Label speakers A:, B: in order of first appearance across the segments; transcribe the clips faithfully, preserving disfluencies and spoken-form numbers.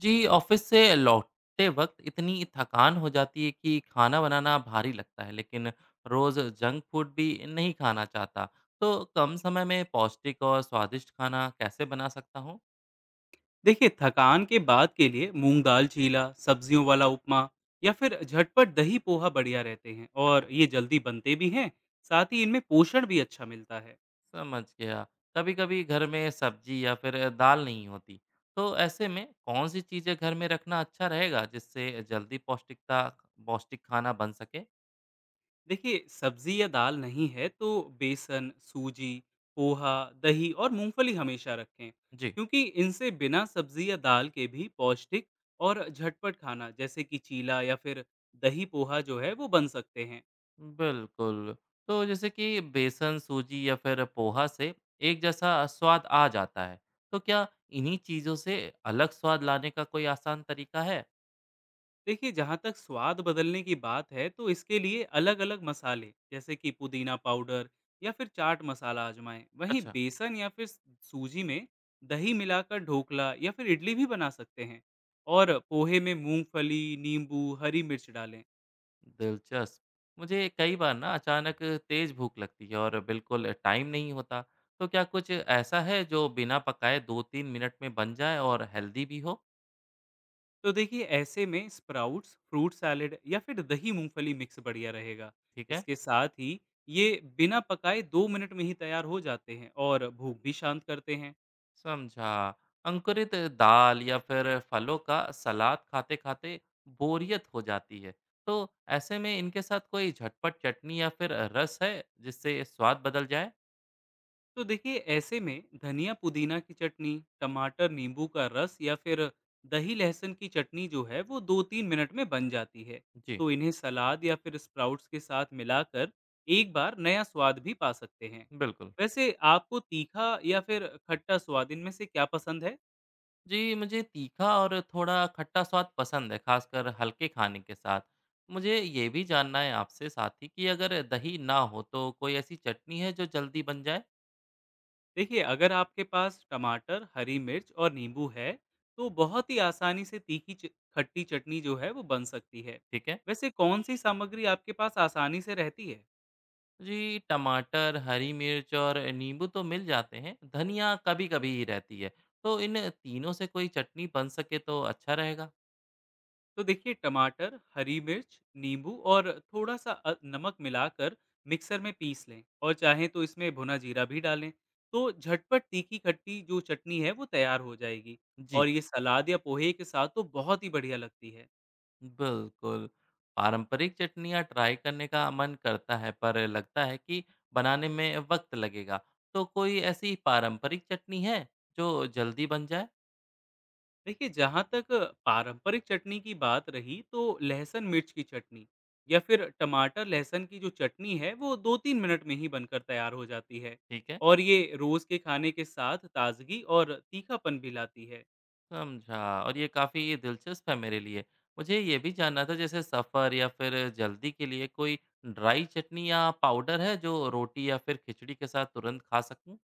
A: जी, office से लौटते वक़्त इतनी थकान हो जाती है कि खाना बनाना भारी लगता है, लेकिन रोज़ जंक फूड भी नहीं खाना चाहता। तो कम समय में पौष्टिक और स्वादिष्ट खाना कैसे बना सकता हूँ?
B: देखिए थकान के बाद के लिए मूंग दाल चीला, सब्जियों वाला उपमा या फिर झटपट दही पोहा बढ़िया रहते हैं और
A: अच्छा।
B: ये जल्दी बनते भी हैं। साथ ही इनमें पोषण भी अच्छा मिलता है।
A: समझ गया। कभी-कभी घर में सब्जी या फिर दाल नहीं होती, तो ऐसे में कौन सी चीज़ें घर में रखना अच्छा रहेगा, जिससे जल्दी पौष्टिकता पौष्टिक खाना बन सके?
B: देखिए सब्जी या दाल नहीं है तो बेसन, सूजी, पोहा, दही और मूंगफली हमेशा रखें,
A: जी।
B: क्योंकि इनसे बिना सब्जी या दाल के भी पौष्टिक और झटपट खाना जैसे कि चीला या फिर दही पोहा जो है वो बन सकते हैं।
A: बिल्कुल। तो जैसे कि बेसन, सूजी या फिर पोहा से एक जैसा स्वाद आ जाता है। तो क्या इन्हीं चीज़ों से अलग स्वाद लाने का कोई आसान तरीका है?
B: देखिए जहाँ तक स्वाद बदलने की बात है तो इसके लिए अलग अलग मसाले जैसे कि पुदीना पाउडर या फिर चाट मसाला आजमाएं। वहीं
A: अच्छा।
B: बेसन या फिर सूजी में दही मिलाकर ढोकला या फिर इडली भी बना सकते हैं और पोहे में मूंगफली, नींबू, हरी मिर्च डालें।
A: दिलचस्प। मुझे कई बार ना अचानक तेज़ भूख लगती है और बिल्कुल टाइम नहीं होता। तो क्या कुछ ऐसा है जो बिना पकाए दो तीन मिनट में बन जाए और हेल्दी भी हो?
B: तो देखिए ऐसे में स्प्राउट्स, फ्रूट सैलेड या फिर दही मूंगफली मिक्स बढ़िया रहेगा।
A: ठीक है।
B: इसके साथ ही ये बिना पकाए दो मिनट में ही तैयार हो जाते हैं और भूख भी शांत करते हैं।
A: समझा। अंकुरित दाल या फिर फलों का सलाद खाते खाते बोरियत हो जाती है। तो ऐसे में इनके साथ कोई झटपट चटनी या फिर रस है जिससे स्वाद बदल जाए।
B: तो देखिए ऐसे में धनिया पुदीना की चटनी, टमाटर नींबू का रस या फिर दही लहसुन की चटनी जो है वो दो तीन मिनट में बन जाती है।
A: जी।
B: तो इन्हें सलाद या फिर स्प्राउट्स के साथ मिलाकर एक बार नया स्वाद भी पा सकते हैं।
A: बिल्कुल।
B: वैसे आपको तीखा या फिर खट्टा स्वाद, इनमें से क्या पसंद है?
A: जी, मुझे तीखा और थोड़ा खट्टा स्वाद पसंद है, खासकर हल्के खाने के साथ। मुझे ये भी जानना है आपसे, साथ ही कि अगर दही ना हो तो कोई ऐसी चटनी है जो जल्दी बन जाए।
B: देखिए अगर आपके पास टमाटर, हरी मिर्च और नींबू है तो बहुत ही आसानी से तीखी च- खट्टी चटनी जो है वो बन सकती है।
A: ठीक है।
B: वैसे कौन सी सामग्री आपके पास आसानी से रहती है?
A: जी, टमाटर, हरी मिर्च और नींबू तो मिल जाते हैं, धनिया कभी-कभी ही रहती है। तो इन तीनों से कोई चटनी बन सके तो अच्छा रहेगा।
B: तो देखिए टमाटर, हरी मिर्च, नींबू और थोड़ा-सा अ, नमक मिलाकर मिक्सर में पीस लें और चाहें तो इसमें भुना जीरा भी डालें। तो झटपट तीखी-खट्टी जो चटनी है वो तैयार हो जाएगी।
A: जी।
B: और ये सलाद या पोहे के साथ तो बहुत ही बढ़िया लगती है।
A: बिल्कुल, पारंपरिक चटनियाँ ट्राई करने का मन करता है, पर लगता है कि बनाने में वक़्त लगेगा। तो कोई ऐसी पारंपरिक चटनी है जो जल्दी बन जाए?
B: देखिए जहाँ तक पारंपरिक चटनी की बात रही, तो लहसुन मिर्च की चटनी या फिर टमाटर लहसुन की जो चटनी है वो दो तीन मिनट में ही बनकर तैयार हो जाती है।
A: ठीक है।
B: और ये रोज़ के खाने के साथ ताज़गी और तीखापन भी लाती है।
A: समझा। और ये काफ़ी दिलचस्प है मेरे लिए। मुझे ये भी जानना था जैसे सफ़र या फिर जल्दी के लिए कोई ड्राई चटनी या पाउडर है जो रोटी या फिर खिचड़ी के साथ तुरंत खा सकूँ?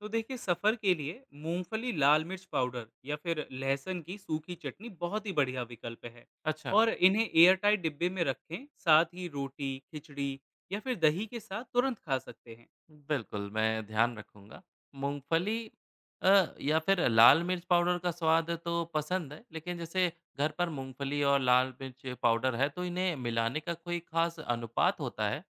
B: तो देखिए सफ़र के लिए मूंगफली लाल मिर्च पाउडर या फिर लहसुन की सूखी चटनी बहुत ही बढ़िया विकल्प है।
A: अच्छा।
B: और इन्हें एयर टाइट डिब्बे में रखें। साथ ही रोटी, खिचड़ी या फिर दही के साथ तुरंत खा सकते हैं।
A: बिल्कुल, मैं ध्यान रखूँगा। मूँगफली अ, या फिर लाल मिर्च पाउडर का स्वाद तो पसंद है, लेकिन जैसे घर पर मूँगफली और लाल मिर्च पाउडर है तो इन्हें मिलाने का कोई ख़ास अनुपात होता है?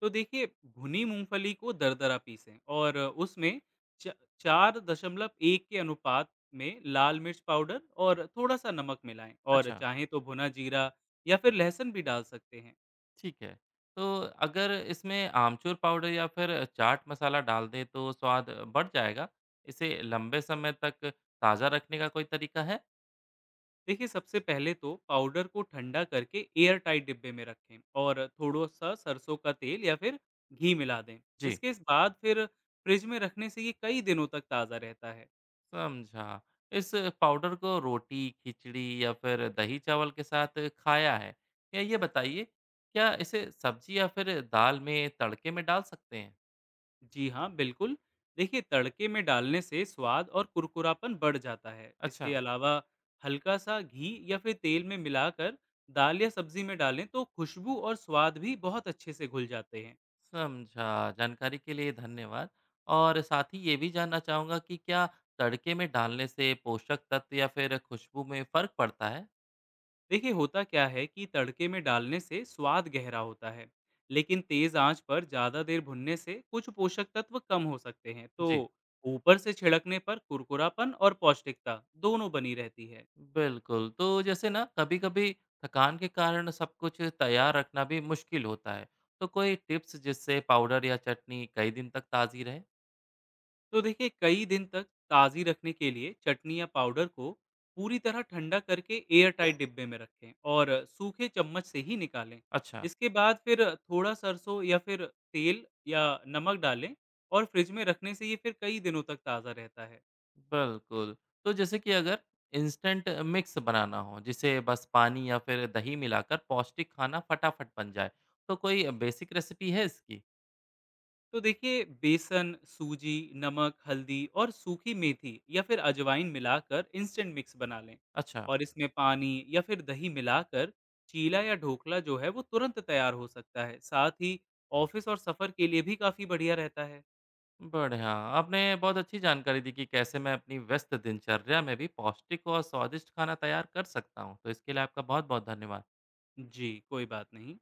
B: तो देखिए भुनी मूंगफली को दरदरा पीसें और उसमें च- चार दशमलव एक के अनुपात में लाल मिर्च पाउडर और थोड़ा सा नमक मिलाएं, और
A: अच्छा।
B: चाहें तो भुना जीरा या फिर लहसुन भी डाल सकते हैं।
A: ठीक है। तो अगर इसमें आमचूर पाउडर या फिर चाट मसाला डाल दें तो स्वाद बढ़ जाएगा? इसे लंबे समय तक ताज़ा रखने का कोई तरीका है?
B: देखिए सबसे पहले तो पाउडर को ठंडा करके एयर टाइट डिब्बे में रखें और थोड़ा सा सरसों का तेल या फिर घी मिला दें।
A: जी।
B: इसके इस बाद फिर फ्रिज में रखने से ये कई दिनों तक ताज़ा रहता है।
A: समझा। इस पाउडर को रोटी, खिचड़ी या फिर दही-चावल के साथ खाया है। या ये बताइए, क्या इसे सब्ज़ी या फिर दाल में तड़के में डाल सकते हैं?
B: जी हाँ बिल्कुल। देखिए तड़के में डालने से स्वाद और कुरकुरापन बढ़ जाता है।
A: अच्छा।
B: इसके अलावा हल्का सा घी या फिर तेल में मिलाकर दाल या सब्जी में डालें तो खुशबू और स्वाद भी बहुत अच्छे से घुल जाते हैं।
A: समझा। जानकारी के लिए धन्यवाद। और साथ ही ये भी जानना चाहूँगा कि क्या तड़के में डालने से पोषक तत्व या फिर खुशबू में फ़र्क पड़ता है?
B: देखिए होता क्या है कि तड़के में डालने से स्वाद गहरा होता है, लेकिन तेज आंच पर ज्यादा देर भुनने से कुछ पोषक तत्व कम हो सकते हैं। तो
A: जी।
B: ऊपर से छिड़कने पर कुरकुरापन और पौष्टिकता दोनों बनी रहती है।
A: बिल्कुल। तो जैसे ना, कभी-कभी थकान के कारण सब कुछ तैयार रखना भी मुश्किल होता है। तो कोई टिप्स जिससे पाउडर या चटनी कई दिन तक ताज़ी रहे?
B: तो देखिए कई दिन तक ताज़ी रखने के लिए चटनी या पाउडर को पूरी तरह ठंडा करके एयर टाइट डिब्बे में रखें और सूखे चम्मच से ही निकालें।
A: अच्छा।
B: इसके बाद फिर थोड़ा सरसों या फिर तेल या नमक डालें, और फ्रिज में रखने से ये फिर कई दिनों तक ताज़ा रहता है।
A: बिल्कुल। तो जैसे कि अगर इंस्टेंट मिक्स बनाना हो, जिसे बस पानी या फिर दही मिलाकर पौष्टिक खाना फटाफट बन जाए, तो कोई बेसिक रेसिपी है इसकी?
B: तो देखिए बेसन, सूजी, नमक, हल्दी और सूखी मेथी या फिर अजवाइन मिलाकर इंस्टेंट मिक्स बना लें।
A: अच्छा,
B: और इसमें पानी या फिर दही मिलाकर चीला या ढोकला जो है वो तुरंत तैयार हो सकता है। साथ ही ऑफिस और सफर के लिए भी काफी बढ़िया रहता है।
A: बढ़िया। आपने बहुत अच्छी जानकारी दी कि कैसे मैं अपनी व्यस्त दिनचर्या में भी पौष्टिक और स्वादिष्ट खाना तैयार कर सकता हूँ। तो इसके लिए आपका बहुत-बहुत धन्यवाद।
B: जी कोई बात नहीं।